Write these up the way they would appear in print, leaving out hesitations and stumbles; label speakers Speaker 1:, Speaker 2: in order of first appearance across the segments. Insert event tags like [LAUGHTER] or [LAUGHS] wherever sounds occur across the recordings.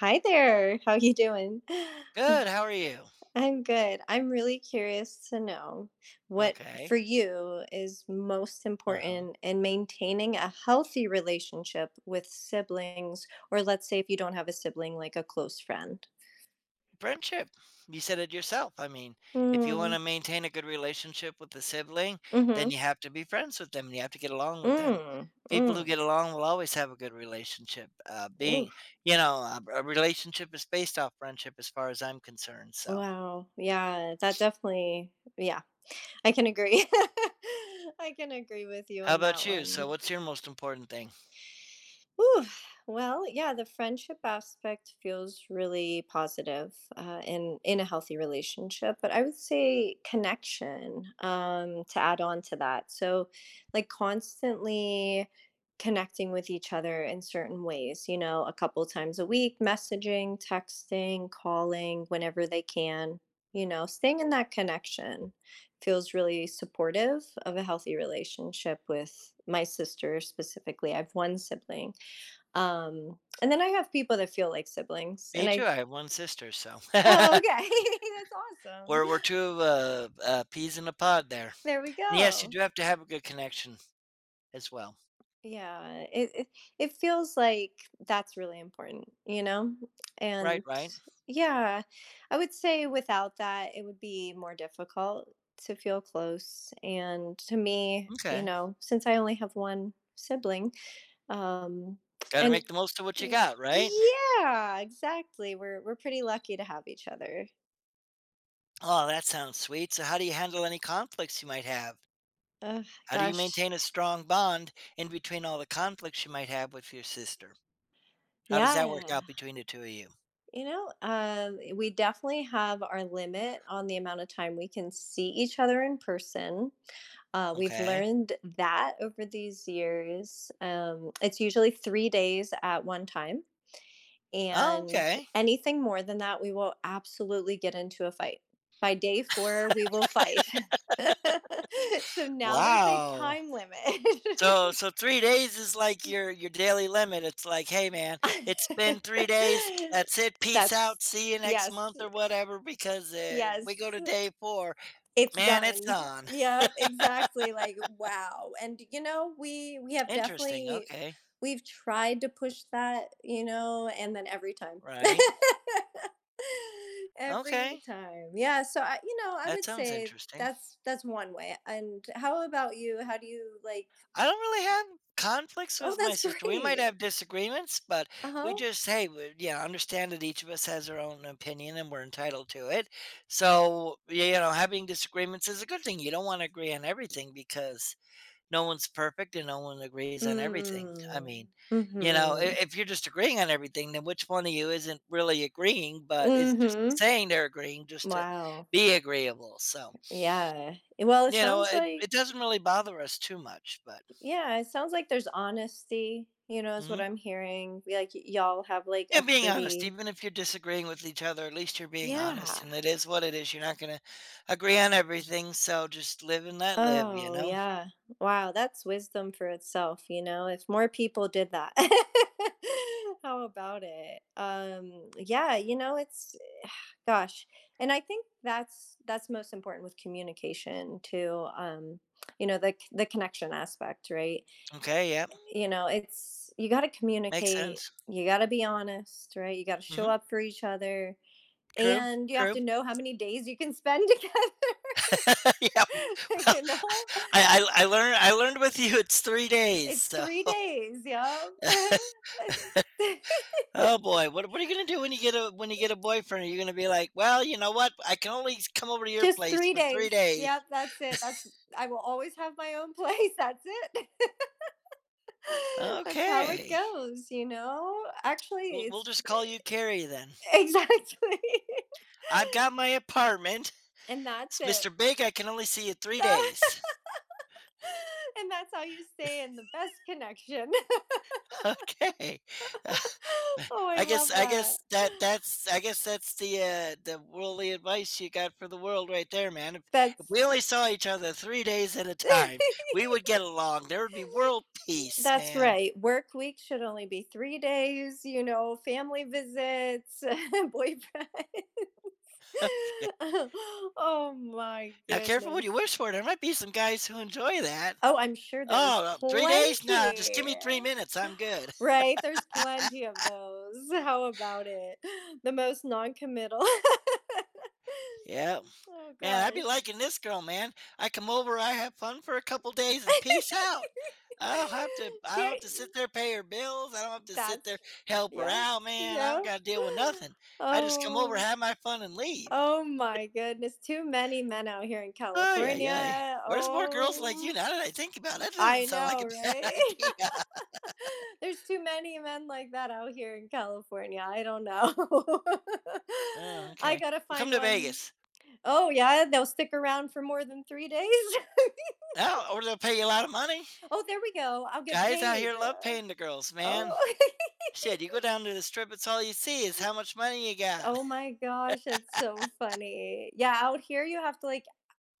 Speaker 1: Hi there. How you doing? [LAUGHS]
Speaker 2: Good. How are you?
Speaker 1: I'm good. I'm really curious to know what
Speaker 2: Okay.
Speaker 1: for you is most
Speaker 2: Uh-huh.
Speaker 1: important in maintaining a healthy relationship with siblings, or let's say if you don't have a sibling, like a close friend.
Speaker 2: Friendship. You said it yourself. I mean, if you want to
Speaker 1: Mm.
Speaker 2: maintain a good relationship with a sibling, then
Speaker 1: Mhm.
Speaker 2: you have to be friends with them and you have to get along with them.
Speaker 1: Mm.
Speaker 2: People who
Speaker 1: Mm.
Speaker 2: get along will always have a good relationship. Being,
Speaker 1: Oof.
Speaker 2: a relationship is based off friendship as far as I'm concerned. So,
Speaker 1: Wow. Yeah, that definitely, I can agree. [LAUGHS] I can agree with you
Speaker 2: how
Speaker 1: on that
Speaker 2: about you? So,
Speaker 1: one.
Speaker 2: what's your most important thing?
Speaker 1: Ooh, well, yeah, the friendship aspect feels really positive in a healthy relationship, but I would say connection, to add on to that. So, like constantly connecting with each other in certain ways. You know, a couple times a week, messaging, texting, calling whenever they can. You know, staying in that connection feels really supportive of a healthy relationship with my sister specifically. I have one sibling, and then I have people that feel like siblings,
Speaker 2: Me too. I have one sister. So,
Speaker 1: oh, okay, [LAUGHS] that's
Speaker 2: [LAUGHS]
Speaker 1: awesome.
Speaker 2: we're two peas in a pod there.
Speaker 1: There we
Speaker 2: And yes, you
Speaker 1: go.
Speaker 2: do have to have a good connection as well.
Speaker 1: Yeah, it it feels like that's really important, you know?
Speaker 2: Right,
Speaker 1: And
Speaker 2: right.
Speaker 1: yeah, I would say without that, it would be more difficult to feel close. And to me, you
Speaker 2: Okay.
Speaker 1: know, since I only have one sibling, um,
Speaker 2: Got to
Speaker 1: and
Speaker 2: make the most of what you
Speaker 1: y-
Speaker 2: got, right?
Speaker 1: yeah, exactly. We're pretty lucky to have each other.
Speaker 2: Oh, that sounds sweet. So, how do you handle any conflicts you might have?
Speaker 1: Ugh,
Speaker 2: How do you
Speaker 1: gosh.
Speaker 2: maintain a strong bond in between all the conflicts you might have with your sister? How does that work
Speaker 1: Yeah.
Speaker 2: out between the two of you?
Speaker 1: You know, we definitely have our limit on the amount of time we can see each other in person. We've
Speaker 2: Okay.
Speaker 1: learned that over these years. It's usually 3 days at one time.
Speaker 2: Oh,
Speaker 1: And
Speaker 2: okay.
Speaker 1: anything more than that, we will absolutely get into a fight. By day four, we will fight. [LAUGHS] So now there's a
Speaker 2: Wow.
Speaker 1: time limit.
Speaker 2: So 3 days is like your daily limit. It's like, hey, man, it's been 3 days.
Speaker 1: [LAUGHS]
Speaker 2: That's it.
Speaker 1: [LAUGHS]
Speaker 2: Peace
Speaker 1: That's
Speaker 2: out. See you next
Speaker 1: yes,
Speaker 2: month or whatever. Because we
Speaker 1: yes,
Speaker 2: go to day four,
Speaker 1: it's
Speaker 2: man, it's
Speaker 1: done.
Speaker 2: on.
Speaker 1: Yeah, exactly. Like, wow. And you know, we
Speaker 2: [LAUGHS]
Speaker 1: have
Speaker 2: Interesting.
Speaker 1: definitely
Speaker 2: Okay.
Speaker 1: we've tried to push that, you know, and then every time. [LAUGHS]
Speaker 2: Right.
Speaker 1: Every
Speaker 2: Okay,
Speaker 1: time. Yeah, so I
Speaker 2: that
Speaker 1: would
Speaker 2: sounds
Speaker 1: say
Speaker 2: interesting.
Speaker 1: that's one way. And how about you? How do you like?
Speaker 2: I don't really have conflicts
Speaker 1: Oh,
Speaker 2: with my
Speaker 1: that's [LAUGHS]
Speaker 2: sister. We might
Speaker 1: great.
Speaker 2: have disagreements, but we
Speaker 1: Uh-huh.
Speaker 2: just, hey, we, yeah, understand that each of us has our own opinion and we're entitled to it. So you know, having disagreements is a good thing. You don't want to agree on everything because no one's perfect and no one agrees on everything. I mean,
Speaker 1: Mm. Mhm.
Speaker 2: if you're just agreeing on everything, then which one of you isn't really agreeing, but is just
Speaker 1: Mhm.
Speaker 2: saying they're agreeing just to
Speaker 1: Wow.
Speaker 2: be agreeable? So.
Speaker 1: Yeah. Well, it
Speaker 2: You know,
Speaker 1: sounds
Speaker 2: it
Speaker 1: like.
Speaker 2: it doesn't really bother us too much, but
Speaker 1: Yeah, it sounds like there's honesty, you know, is what
Speaker 2: Mhm.
Speaker 1: I'm hearing. Like y'all have like
Speaker 2: Yeah,
Speaker 1: a
Speaker 2: being honest,
Speaker 1: pretty.
Speaker 2: even if you're disagreeing with each other, at least you're being honest,
Speaker 1: Yeah.
Speaker 2: and it is what it is. You're not gonna agree on everything, so just live and let live, you
Speaker 1: Oh,
Speaker 2: know?
Speaker 1: yeah. Wow, that's wisdom for itself, you know. If more people did that. [LAUGHS] How about it? Yeah, you know, it's [SIGHS] gosh. And I think that's most important with communication too. You know, the the connection aspect, right?
Speaker 2: Okay, yep,
Speaker 1: You know, it's, you got to
Speaker 2: makes
Speaker 1: communicate,
Speaker 2: sense.
Speaker 1: you got to be honest, right, you got to show
Speaker 2: Mhm,
Speaker 1: up for each other
Speaker 2: true,
Speaker 1: and you have
Speaker 2: true.
Speaker 1: to know how many days you can spend [LAUGHS] together,
Speaker 2: [LAUGHS] Yeah, well,
Speaker 1: you know,
Speaker 2: I I learned with you it's 3 days,
Speaker 1: it's
Speaker 2: so.
Speaker 1: 3 days, yeah.
Speaker 2: [LAUGHS]
Speaker 1: [LAUGHS]
Speaker 2: Oh boy, what are you gonna do when you get a boyfriend? Are you gonna be like, "Well, you know what? I can only come over to your
Speaker 1: Just
Speaker 2: place
Speaker 1: three
Speaker 2: for 3
Speaker 1: days
Speaker 2: days."
Speaker 1: yep, that's it. That's I will always have my own [LAUGHS] place, that's it. [LAUGHS] That's how it
Speaker 2: Okay.
Speaker 1: goes, you know. Actually
Speaker 2: We'll
Speaker 1: it's
Speaker 2: just call you Carrie then.
Speaker 1: [LAUGHS] exactly. [LAUGHS]
Speaker 2: I've got my apartment.
Speaker 1: And that's
Speaker 2: It's Mr.
Speaker 1: it.
Speaker 2: Big, I can only see you 3
Speaker 1: [LAUGHS]
Speaker 2: days. [LAUGHS]
Speaker 1: [LAUGHS] And that's how you stay in the best connection.
Speaker 2: Okay. Uh,
Speaker 1: [LAUGHS] Oh, I love
Speaker 2: I
Speaker 1: that.
Speaker 2: guess that that's I guess that's the worldly advice you got for the world right there, man. If
Speaker 1: That's
Speaker 2: we only saw each other 3 days at a time, we
Speaker 1: [LAUGHS]
Speaker 2: would get along. There would be world peace,
Speaker 1: that's
Speaker 2: man.
Speaker 1: right. Work week should only be 3 days, you know, family visits, [LAUGHS] boyfriend.
Speaker 2: [LAUGHS]
Speaker 1: [LAUGHS] Oh my
Speaker 2: Now careful what
Speaker 1: goodness.
Speaker 2: you wish for. There might be some guys who enjoy that.
Speaker 1: Oh, I'm sure
Speaker 2: Oh,
Speaker 1: there's
Speaker 2: well, 3 days? No, just give
Speaker 1: plenty.
Speaker 2: me 3 minutes, I'm good."
Speaker 1: Right? There's plenty of those. How about it? The most non-committal. [LAUGHS] Oh
Speaker 2: [LAUGHS] Yeah. Man, I'd be
Speaker 1: gosh.
Speaker 2: liking this girl, man. I come over, I have fun for a couple days, and
Speaker 1: [LAUGHS]
Speaker 2: peace out. I don't have to. I don't
Speaker 1: Cher
Speaker 2: have to sit there pay her bills. I don't have to sit there
Speaker 1: that's
Speaker 2: help her
Speaker 1: yep,
Speaker 2: out, man. I
Speaker 1: yep.
Speaker 2: don't got to deal with nothing. I just come over,
Speaker 1: Oh,
Speaker 2: have my fun, and leave.
Speaker 1: oh my goodness, too many men out here in
Speaker 2: Ay, ay, ay.
Speaker 1: California.
Speaker 2: There's more girls like you?
Speaker 1: Oh,
Speaker 2: Now that I think about it, that doesn't
Speaker 1: I
Speaker 2: sound like a
Speaker 1: know,
Speaker 2: [LAUGHS] bad
Speaker 1: right?
Speaker 2: idea.
Speaker 1: [LAUGHS] There's too many men like that out here in California, I don't know. [LAUGHS]
Speaker 2: Oh,
Speaker 1: I
Speaker 2: okay.
Speaker 1: gotta
Speaker 2: Well, come
Speaker 1: find
Speaker 2: to
Speaker 1: one.
Speaker 2: Vegas.
Speaker 1: Oh yeah, they'll stick around for more than 3 days? [LAUGHS]
Speaker 2: Now, or they'll pay you a lot of money.
Speaker 1: Oh, there we go, I'll get
Speaker 2: Guys out here
Speaker 1: paid.
Speaker 2: love paying the girls, man.
Speaker 1: Oh. [LAUGHS]
Speaker 2: Shit, you go down to the strip, it's all you see is how much money you got.
Speaker 1: Oh
Speaker 2: [LAUGHS]
Speaker 1: my gosh, that's so funny. Yeah, out here you have to like,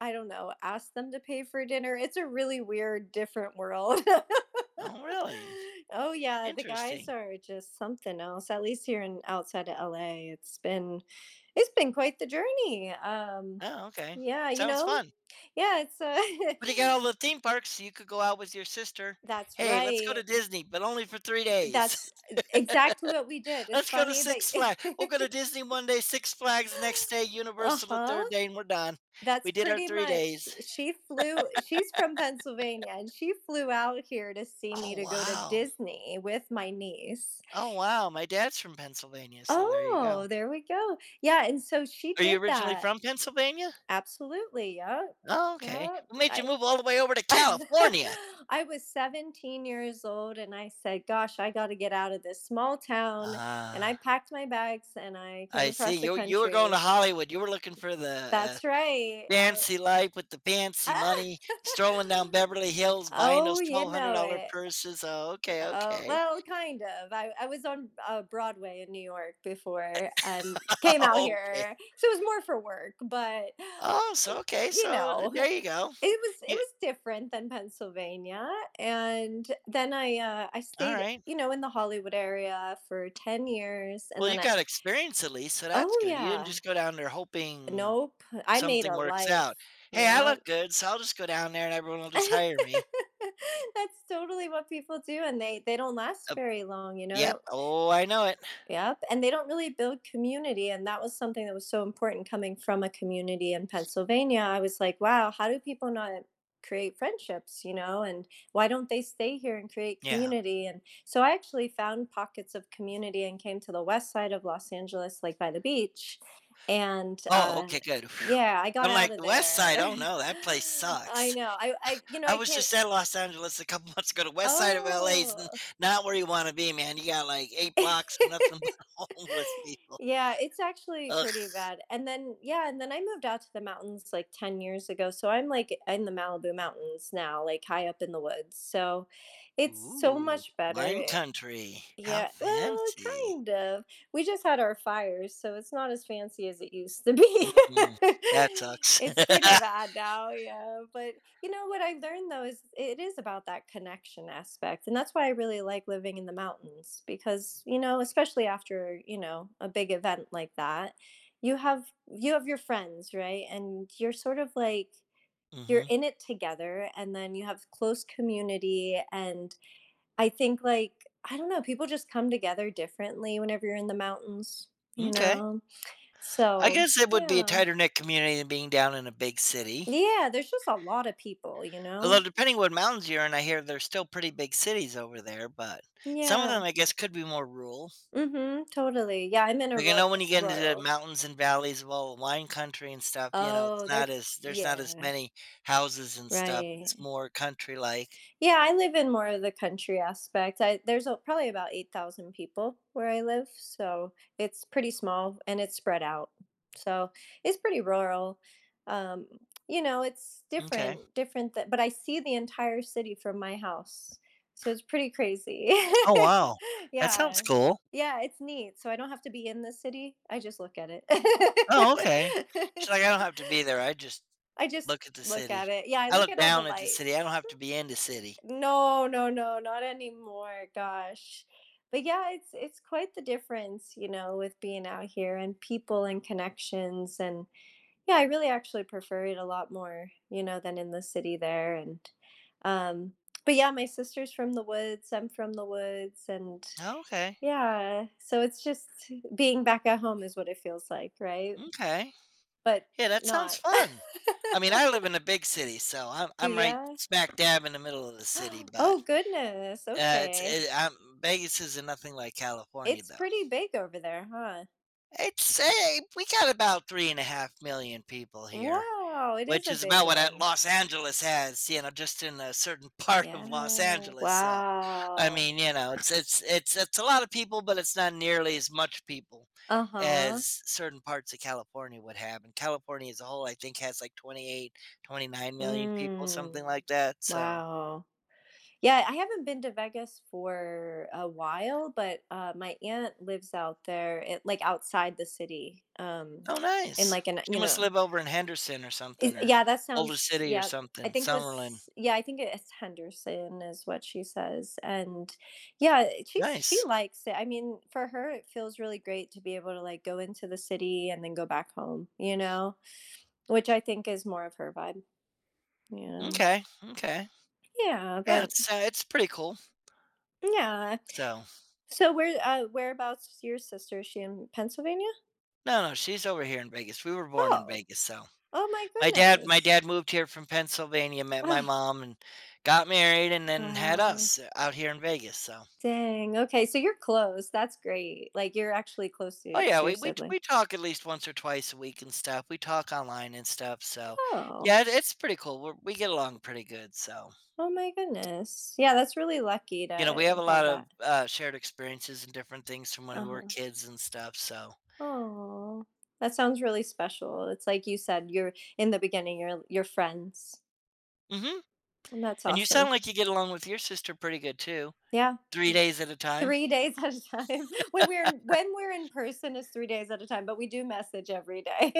Speaker 1: I don't know, ask them to pay for dinner. It's a really weird, different world. [LAUGHS]
Speaker 2: Oh, really?
Speaker 1: Oh yeah, the guys
Speaker 2: Interesting.
Speaker 1: are just something else. At least here in outside of LA, it's been quite the journey.
Speaker 2: Oh, okay.
Speaker 1: Yeah, you
Speaker 2: Sounds
Speaker 1: know,
Speaker 2: fun.
Speaker 1: yeah, it's
Speaker 2: But you got
Speaker 1: [LAUGHS]
Speaker 2: all the theme parks, so you could go out with your sister.
Speaker 1: that's
Speaker 2: Hey, let's go to
Speaker 1: right.
Speaker 2: Disney, but only for three
Speaker 1: That's
Speaker 2: days.
Speaker 1: exactly what we did.
Speaker 2: [LAUGHS]
Speaker 1: It's
Speaker 2: Let's go to
Speaker 1: funny that
Speaker 2: Six Flags. We'll go to Disney one day, Six Flags the next day,
Speaker 1: [LAUGHS]
Speaker 2: Universal the
Speaker 1: uh-huh.
Speaker 2: third day, and we're done.
Speaker 1: That's
Speaker 2: We did our
Speaker 1: pretty
Speaker 2: three
Speaker 1: much
Speaker 2: days.
Speaker 1: she's from Pennsylvania, and she flew out here to see me
Speaker 2: Oh,
Speaker 1: to go to
Speaker 2: wow.
Speaker 1: Disney with my niece.
Speaker 2: Oh, wow. My dad's from Pennsylvania, so there you go.
Speaker 1: Oh, there we go. Yeah, and so she
Speaker 2: Are you
Speaker 1: did
Speaker 2: originally
Speaker 1: that.
Speaker 2: from Pennsylvania?
Speaker 1: Absolutely,
Speaker 2: Oh, okay.
Speaker 1: yep.
Speaker 2: What made you
Speaker 1: I
Speaker 2: move all the way over to
Speaker 1: [LAUGHS]
Speaker 2: California?
Speaker 1: I was 17 years old, and I said, "Gosh, I gotta get out of this small town," and I
Speaker 2: Ah,
Speaker 1: packed my bags, and I came
Speaker 2: I see.
Speaker 1: across the
Speaker 2: You were going to
Speaker 1: country.
Speaker 2: Hollywood. You were looking for the
Speaker 1: That's right. I
Speaker 2: fancy life with the fancy
Speaker 1: Ah!
Speaker 2: money, strolling down
Speaker 1: [LAUGHS]
Speaker 2: Beverly Hills, buying
Speaker 1: Oh,
Speaker 2: those
Speaker 1: you know
Speaker 2: $1,200
Speaker 1: it.
Speaker 2: purses. Oh, okay,
Speaker 1: Oh,
Speaker 2: okay.
Speaker 1: well, kind of. I was on, Broadway in New York before and came
Speaker 2: [LAUGHS]
Speaker 1: out
Speaker 2: okay.
Speaker 1: here, so it was more for work, but,
Speaker 2: Oh, so
Speaker 1: oh,
Speaker 2: okay,
Speaker 1: you
Speaker 2: so th
Speaker 1: know,
Speaker 2: there you go.
Speaker 1: it
Speaker 2: You.
Speaker 1: was different than Pennsylvania, and then I stayed,
Speaker 2: Alright.
Speaker 1: you know, in the Hollywood area for 10 years,
Speaker 2: Well,
Speaker 1: and
Speaker 2: you
Speaker 1: then I.
Speaker 2: got experience at least, so that's
Speaker 1: Oh,
Speaker 2: good. You didn't
Speaker 1: yeah.
Speaker 2: just go down there hoping
Speaker 1: Nope. I made
Speaker 2: something
Speaker 1: a
Speaker 2: works
Speaker 1: life.
Speaker 2: out. "Hey, I look
Speaker 1: Yep.
Speaker 2: good, so I'll just go down there and everyone will
Speaker 1: [LAUGHS]
Speaker 2: just
Speaker 1: That's
Speaker 2: hire me."
Speaker 1: totally what people do, and they don't last
Speaker 2: Uh,
Speaker 1: very long, you know, they
Speaker 2: yep.
Speaker 1: don't.
Speaker 2: Oh, I know it.
Speaker 1: Yep, and they don't really build community, and that was something that was so important coming from a community in Pennsylvania. I was like, "Wow, how do people not create friendships, you know, and why don't they stay here and create
Speaker 2: Yeah.
Speaker 1: community?" And so I actually found pockets of community and came to the west side of Los Angeles, like by the beach, and,
Speaker 2: Oh, okay, good. Whew.
Speaker 1: yeah, I got
Speaker 2: I'm
Speaker 1: out
Speaker 2: like,
Speaker 1: of
Speaker 2: the West Side,
Speaker 1: there.
Speaker 2: oh no, that place
Speaker 1: [LAUGHS] I
Speaker 2: sucks.
Speaker 1: know, I you know,
Speaker 2: I
Speaker 1: I
Speaker 2: was
Speaker 1: can't.
Speaker 2: just at Los Angeles a couple [LAUGHS] months ago. The west side of LA is
Speaker 1: Oh.
Speaker 2: not where you want to be, man. You got like eight blocks of nothing
Speaker 1: [LAUGHS]
Speaker 2: but [LAUGHS] homeless people.
Speaker 1: Yeah, it's actually
Speaker 2: Ugh.
Speaker 1: pretty bad, and then yeah, and then I moved out to the mountains, like, 10 years ago, so I'm, like, in the Malibu Mountains now, like, high up in the woods, so it's so
Speaker 2: Ooh,
Speaker 1: much
Speaker 2: wine
Speaker 1: better,
Speaker 2: country. How
Speaker 1: yeah, well,
Speaker 2: fancy.
Speaker 1: kind of. We just had our fires, so it's not as fancy as it used to be.
Speaker 2: Mm-mm. That
Speaker 1: [LAUGHS]
Speaker 2: sucks.
Speaker 1: It's pretty
Speaker 2: [LAUGHS]
Speaker 1: bad now, yeah, but you know what I learned though is it is about that connection aspect, and that's why I really like living in the mountains because, you know, especially after, you know, a big event like that, you have your friends, right? And you're sort of like you're
Speaker 2: Hmm.
Speaker 1: in it together and then you have close community and I think, like, I don't know, people just come together differently whenever you're in the mountains, you
Speaker 2: Okay.
Speaker 1: know?
Speaker 2: I
Speaker 1: So,
Speaker 2: guess it would be a
Speaker 1: yeah.
Speaker 2: tighter knit community than being down in a big city.
Speaker 1: Yeah, there's just a lot of people, you
Speaker 2: Although,
Speaker 1: know?
Speaker 2: depending what mountains you're in, I hear there's still pretty big cities over there, but some of
Speaker 1: Yeah.
Speaker 2: them, I guess, could be more rural.
Speaker 1: Mhm, totally. Yeah, I'm in
Speaker 2: Like, I
Speaker 1: Arroy
Speaker 2: know when you get into the
Speaker 1: Royal.
Speaker 2: mountains and valleys of all the wine country and stuff, you know, it's
Speaker 1: Oh,
Speaker 2: not
Speaker 1: they're
Speaker 2: as there's not as
Speaker 1: yeah,
Speaker 2: many houses and stuff, it's
Speaker 1: right.
Speaker 2: more country like.
Speaker 1: Yeah, I live in more of the country aspect. I There's a, probably about 8,000 people where I live, so it's pretty small and it's spread out. So, it's pretty rural. Um, you know, it's
Speaker 2: Okay.
Speaker 1: different th but I see the entire city from my house, so it's pretty crazy. [LAUGHS]
Speaker 2: Oh, wow. That sounds
Speaker 1: Yeah.
Speaker 2: cool.
Speaker 1: Yeah, it's neat, so I don't have to be in the city, I just look at it. [LAUGHS]
Speaker 2: Oh, okay. She's like, "I don't have to be there, I just
Speaker 1: I just
Speaker 2: look at the
Speaker 1: look
Speaker 2: city.
Speaker 1: at it. Yeah, I
Speaker 2: I
Speaker 1: look
Speaker 2: look
Speaker 1: at all the
Speaker 2: down at the city, I don't
Speaker 1: lights.
Speaker 2: have to be in the city."
Speaker 1: No, no, no, not anymore. Gosh. But yeah, it's quite the difference, you know, with being out here and people and connections and yeah, I really actually prefer it a lot more, you know, than in the city there and um but yeah, my sister's from the woods, I'm from the woods and
Speaker 2: Oh, okay.
Speaker 1: yeah, so it's just being back at home is what it feels like, right?
Speaker 2: M'kay.
Speaker 1: But
Speaker 2: Yeah, that sounds
Speaker 1: not.
Speaker 2: fun. I mean,
Speaker 1: [LAUGHS]
Speaker 2: I live in a big city, so I'm
Speaker 1: Do
Speaker 2: I'm right
Speaker 1: ya?
Speaker 2: smack dab in the middle of the city,
Speaker 1: [GASPS]
Speaker 2: but,
Speaker 1: Oh goodness.
Speaker 2: it's
Speaker 1: Okay.
Speaker 2: it I'm Vegas is nothing like California,
Speaker 1: It's
Speaker 2: though.
Speaker 1: pretty big over there, huh?
Speaker 2: It's a, we got about 3.5 million people here,
Speaker 1: Wow, it is
Speaker 2: which
Speaker 1: a
Speaker 2: is
Speaker 1: big
Speaker 2: about what,
Speaker 1: one.
Speaker 2: Los Angeles has, you know, just in a certain [LAUGHS] part of Los
Speaker 1: Yeah,
Speaker 2: Angeles, so, I
Speaker 1: wow.
Speaker 2: mean, you know, it's a lot of people, but it's not nearly as much people
Speaker 1: Uh-huh.
Speaker 2: as certain parts of California would have, and California as a whole, I think, has, like, 28, 29 million people,
Speaker 1: Mm.
Speaker 2: something like that, so.
Speaker 1: Wow. Yeah, I haven't been to Vegas for a while, but, my aunt lives out there, it like, outside the city,
Speaker 2: Oh,
Speaker 1: in,
Speaker 2: nice.
Speaker 1: like, an
Speaker 2: She
Speaker 1: you
Speaker 2: must
Speaker 1: know.
Speaker 2: live over in Henderson or something,
Speaker 1: Is,
Speaker 2: or
Speaker 1: yeah, that
Speaker 2: Boulder
Speaker 1: sounds.
Speaker 2: City or
Speaker 1: Yeah, I
Speaker 2: something,
Speaker 1: think it
Speaker 2: Summerlin.
Speaker 1: was. Yeah, I think it's Henderson is what she says, and yeah, she
Speaker 2: Nice.
Speaker 1: likes it. I mean, for her, it feels really great to be able to like go into the city and then go back home. You know, which I think is more of her vibe. You know.
Speaker 2: Okay. Okay.
Speaker 1: Yeah,
Speaker 2: Yeah,
Speaker 1: but
Speaker 2: it's pretty cool.
Speaker 1: yeah.
Speaker 2: So
Speaker 1: So where whereabouts your sister? Is she in Pennsylvania?
Speaker 2: no, no, she's over here in Vegas. We were born in
Speaker 1: Oh,
Speaker 2: Vegas, so
Speaker 1: oh my
Speaker 2: my dad my
Speaker 1: goodness.
Speaker 2: dad moved here from Pennsylvania, met my
Speaker 1: Ah,
Speaker 2: mom, and got married, and then had
Speaker 1: wow.
Speaker 2: us out here in Vegas, so.
Speaker 1: Dang. Okay, so you're close. That's great. Like you're actually close
Speaker 2: Oh, yeah,
Speaker 1: to
Speaker 2: we
Speaker 1: your
Speaker 2: we
Speaker 1: sibling.
Speaker 2: we talk at least once or twice a week and stuff. We talk online and stuff, so
Speaker 1: Oh.
Speaker 2: yeah, it's pretty cool. We're we get along pretty good, so,
Speaker 1: Oh my goodness. Yeah, that's really lucky
Speaker 2: you know, we have
Speaker 1: to
Speaker 2: a lot
Speaker 1: have
Speaker 2: of,
Speaker 1: that.
Speaker 2: shared experiences and different things from when we were
Speaker 1: Uh-huh.
Speaker 2: kids and stuff, so.
Speaker 1: Oh. That sounds really special. It's like you said, you're in the beginning, you're friends.
Speaker 2: Mhm,
Speaker 1: And that's
Speaker 2: and you sound
Speaker 1: awesome.
Speaker 2: like you get along with your sister pretty good too.
Speaker 1: Yeah.
Speaker 2: 3 days at a time?
Speaker 1: 3 days at a time [LAUGHS] when when we're in person is 3 days at a time but we do message every day.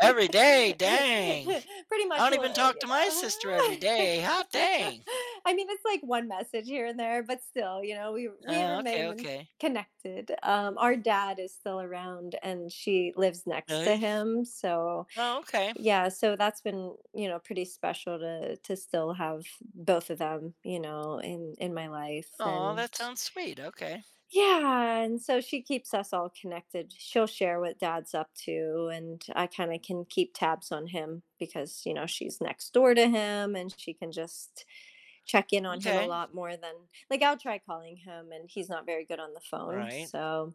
Speaker 2: Every day,
Speaker 1: [LAUGHS]
Speaker 2: dang.
Speaker 1: Pretty
Speaker 2: I
Speaker 1: much
Speaker 2: don't
Speaker 1: we'll
Speaker 2: even talk to my sister every
Speaker 1: you know.
Speaker 2: day. Hot
Speaker 1: [LAUGHS]
Speaker 2: dang.
Speaker 1: I mean it's like one message here and there but still you know we
Speaker 2: Oh, okay,
Speaker 1: remain in-
Speaker 2: okay.
Speaker 1: connected. Our dad is still around and she lives next to
Speaker 2: Nice.
Speaker 1: him so
Speaker 2: Oh, okay.
Speaker 1: yeah so that's been you know pretty special to still have both of them you know in my life
Speaker 2: Oh,
Speaker 1: and
Speaker 2: that sounds sweet. Okay.
Speaker 1: yeah, and so she keeps us all connected. She'll share what dad's up to, and I kind of can keep tabs on him because, you know, she's next door to him and she can just check in on him a
Speaker 2: Okay.
Speaker 1: lot more than like I'll try calling him and he's not very good on the phone.
Speaker 2: Right.
Speaker 1: So,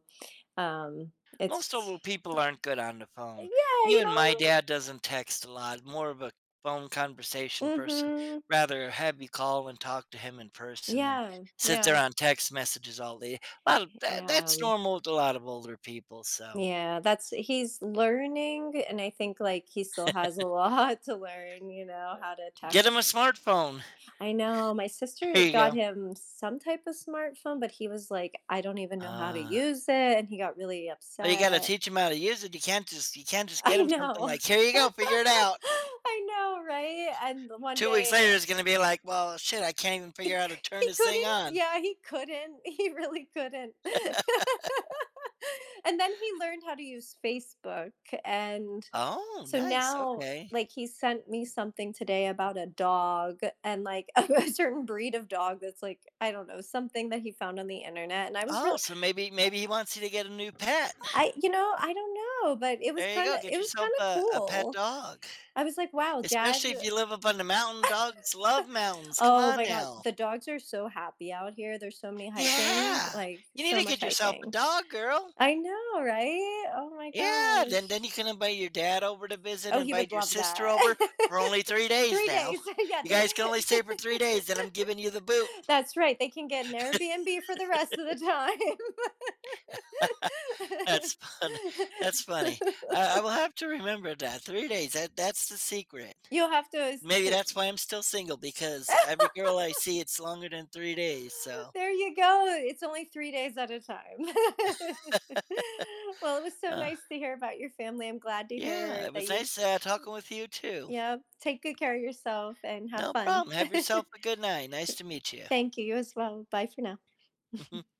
Speaker 1: um,
Speaker 2: Most
Speaker 1: it's
Speaker 2: old people aren't good on the phone.
Speaker 1: yeah, you
Speaker 2: Even
Speaker 1: know.
Speaker 2: my dad doesn't text a lot, more of a phone conversation person.
Speaker 1: Mhm.
Speaker 2: Rather have you call and talk to him in person and
Speaker 1: Yeah.
Speaker 2: sit there
Speaker 1: Yeah.
Speaker 2: on text messages all day. A lot of that,
Speaker 1: Yeah,
Speaker 2: that's normal with a lot of older people, so
Speaker 1: Yeah, that's he's learning and I think like he still has a lot [LAUGHS] to learn, you know, how to
Speaker 2: get him a
Speaker 1: text.
Speaker 2: smartphone. [LAUGHS]
Speaker 1: I know. My sister
Speaker 2: There you
Speaker 1: got
Speaker 2: go.
Speaker 1: him some type of smartphone, but he was like, "I don't even know how to
Speaker 2: Uh.
Speaker 1: use it," and he got really
Speaker 2: Oh, you gotta
Speaker 1: upset.
Speaker 2: teach 'em how to use it. You can't just get
Speaker 1: I
Speaker 2: 'em something
Speaker 1: know.
Speaker 2: like, "Here you go, figure it out."
Speaker 1: [LAUGHS] I know, right? And one
Speaker 2: 2 weeks
Speaker 1: day
Speaker 2: later, it's gonna be like, "Well, shit, I can't even figure
Speaker 1: he
Speaker 2: out how to turn
Speaker 1: he
Speaker 2: this
Speaker 1: couldn't
Speaker 2: thing on."
Speaker 1: yeah, he couldn't. [LAUGHS] He really couldn't. [LAUGHS] [LAUGHS] And then he learned how to use Facebook. And
Speaker 2: Oh,
Speaker 1: so
Speaker 2: nice,
Speaker 1: now,
Speaker 2: okay.
Speaker 1: like, he sent me something today about a dog and like [LAUGHS] a certain breed of dog that's like, I don't know, something that he found on the internet. And I was
Speaker 2: Oh,
Speaker 1: really,
Speaker 2: so maybe he wants you to get a new pet.
Speaker 1: I, you know, I don't know, but it was
Speaker 2: There you go, get
Speaker 1: it was
Speaker 2: yourself
Speaker 1: kind of
Speaker 2: a pet
Speaker 1: cool.
Speaker 2: dog,
Speaker 1: I was like, wow, dad.
Speaker 2: especially if you live up on the mountain, dogs love mountains, come
Speaker 1: Oh
Speaker 2: on
Speaker 1: my God.
Speaker 2: now.
Speaker 1: The dogs are so happy out here. There's so many hiking,
Speaker 2: Yeah,
Speaker 1: like,
Speaker 2: you need
Speaker 1: so
Speaker 2: to
Speaker 1: much
Speaker 2: get yourself a
Speaker 1: hiking.
Speaker 2: dog, girl.
Speaker 1: I know, right? Oh my
Speaker 2: Yeah, then
Speaker 1: gosh.
Speaker 2: you can invite your dad over to visit,
Speaker 1: Oh, he
Speaker 2: invite
Speaker 1: would
Speaker 2: your
Speaker 1: love
Speaker 2: sister
Speaker 1: that.
Speaker 2: over for only 3
Speaker 1: [LAUGHS]
Speaker 2: days
Speaker 1: Three
Speaker 2: now.
Speaker 1: days. [LAUGHS] Yeah,
Speaker 2: You
Speaker 1: they,
Speaker 2: guys can only stay for 3 days, then I'm giving you the boot.
Speaker 1: [LAUGHS] that's right. They can get an Airbnb for the rest of the time.
Speaker 2: That's fun, [LAUGHS] that's funny. I will have to remember that, 3 days, that that's the secret.
Speaker 1: [LAUGHS] You'll have to.
Speaker 2: Maybe
Speaker 1: pl-
Speaker 2: that's why I'm still single because every girl I see, it's longer than 3 days, so,
Speaker 1: There you go. It's only 3 days at a time. [LAUGHS] Well, it was so
Speaker 2: uh,
Speaker 1: nice to hear about your family. I'm glad to
Speaker 2: yeah,
Speaker 1: hear
Speaker 2: it was
Speaker 1: that you,
Speaker 2: nice, talking with you too.
Speaker 1: yeah, take good care of yourself and have
Speaker 2: No
Speaker 1: fun.
Speaker 2: problem, have yourself a good night, nice to meet you.
Speaker 1: Thank you, you as well. Bye for now.
Speaker 2: [LAUGHS]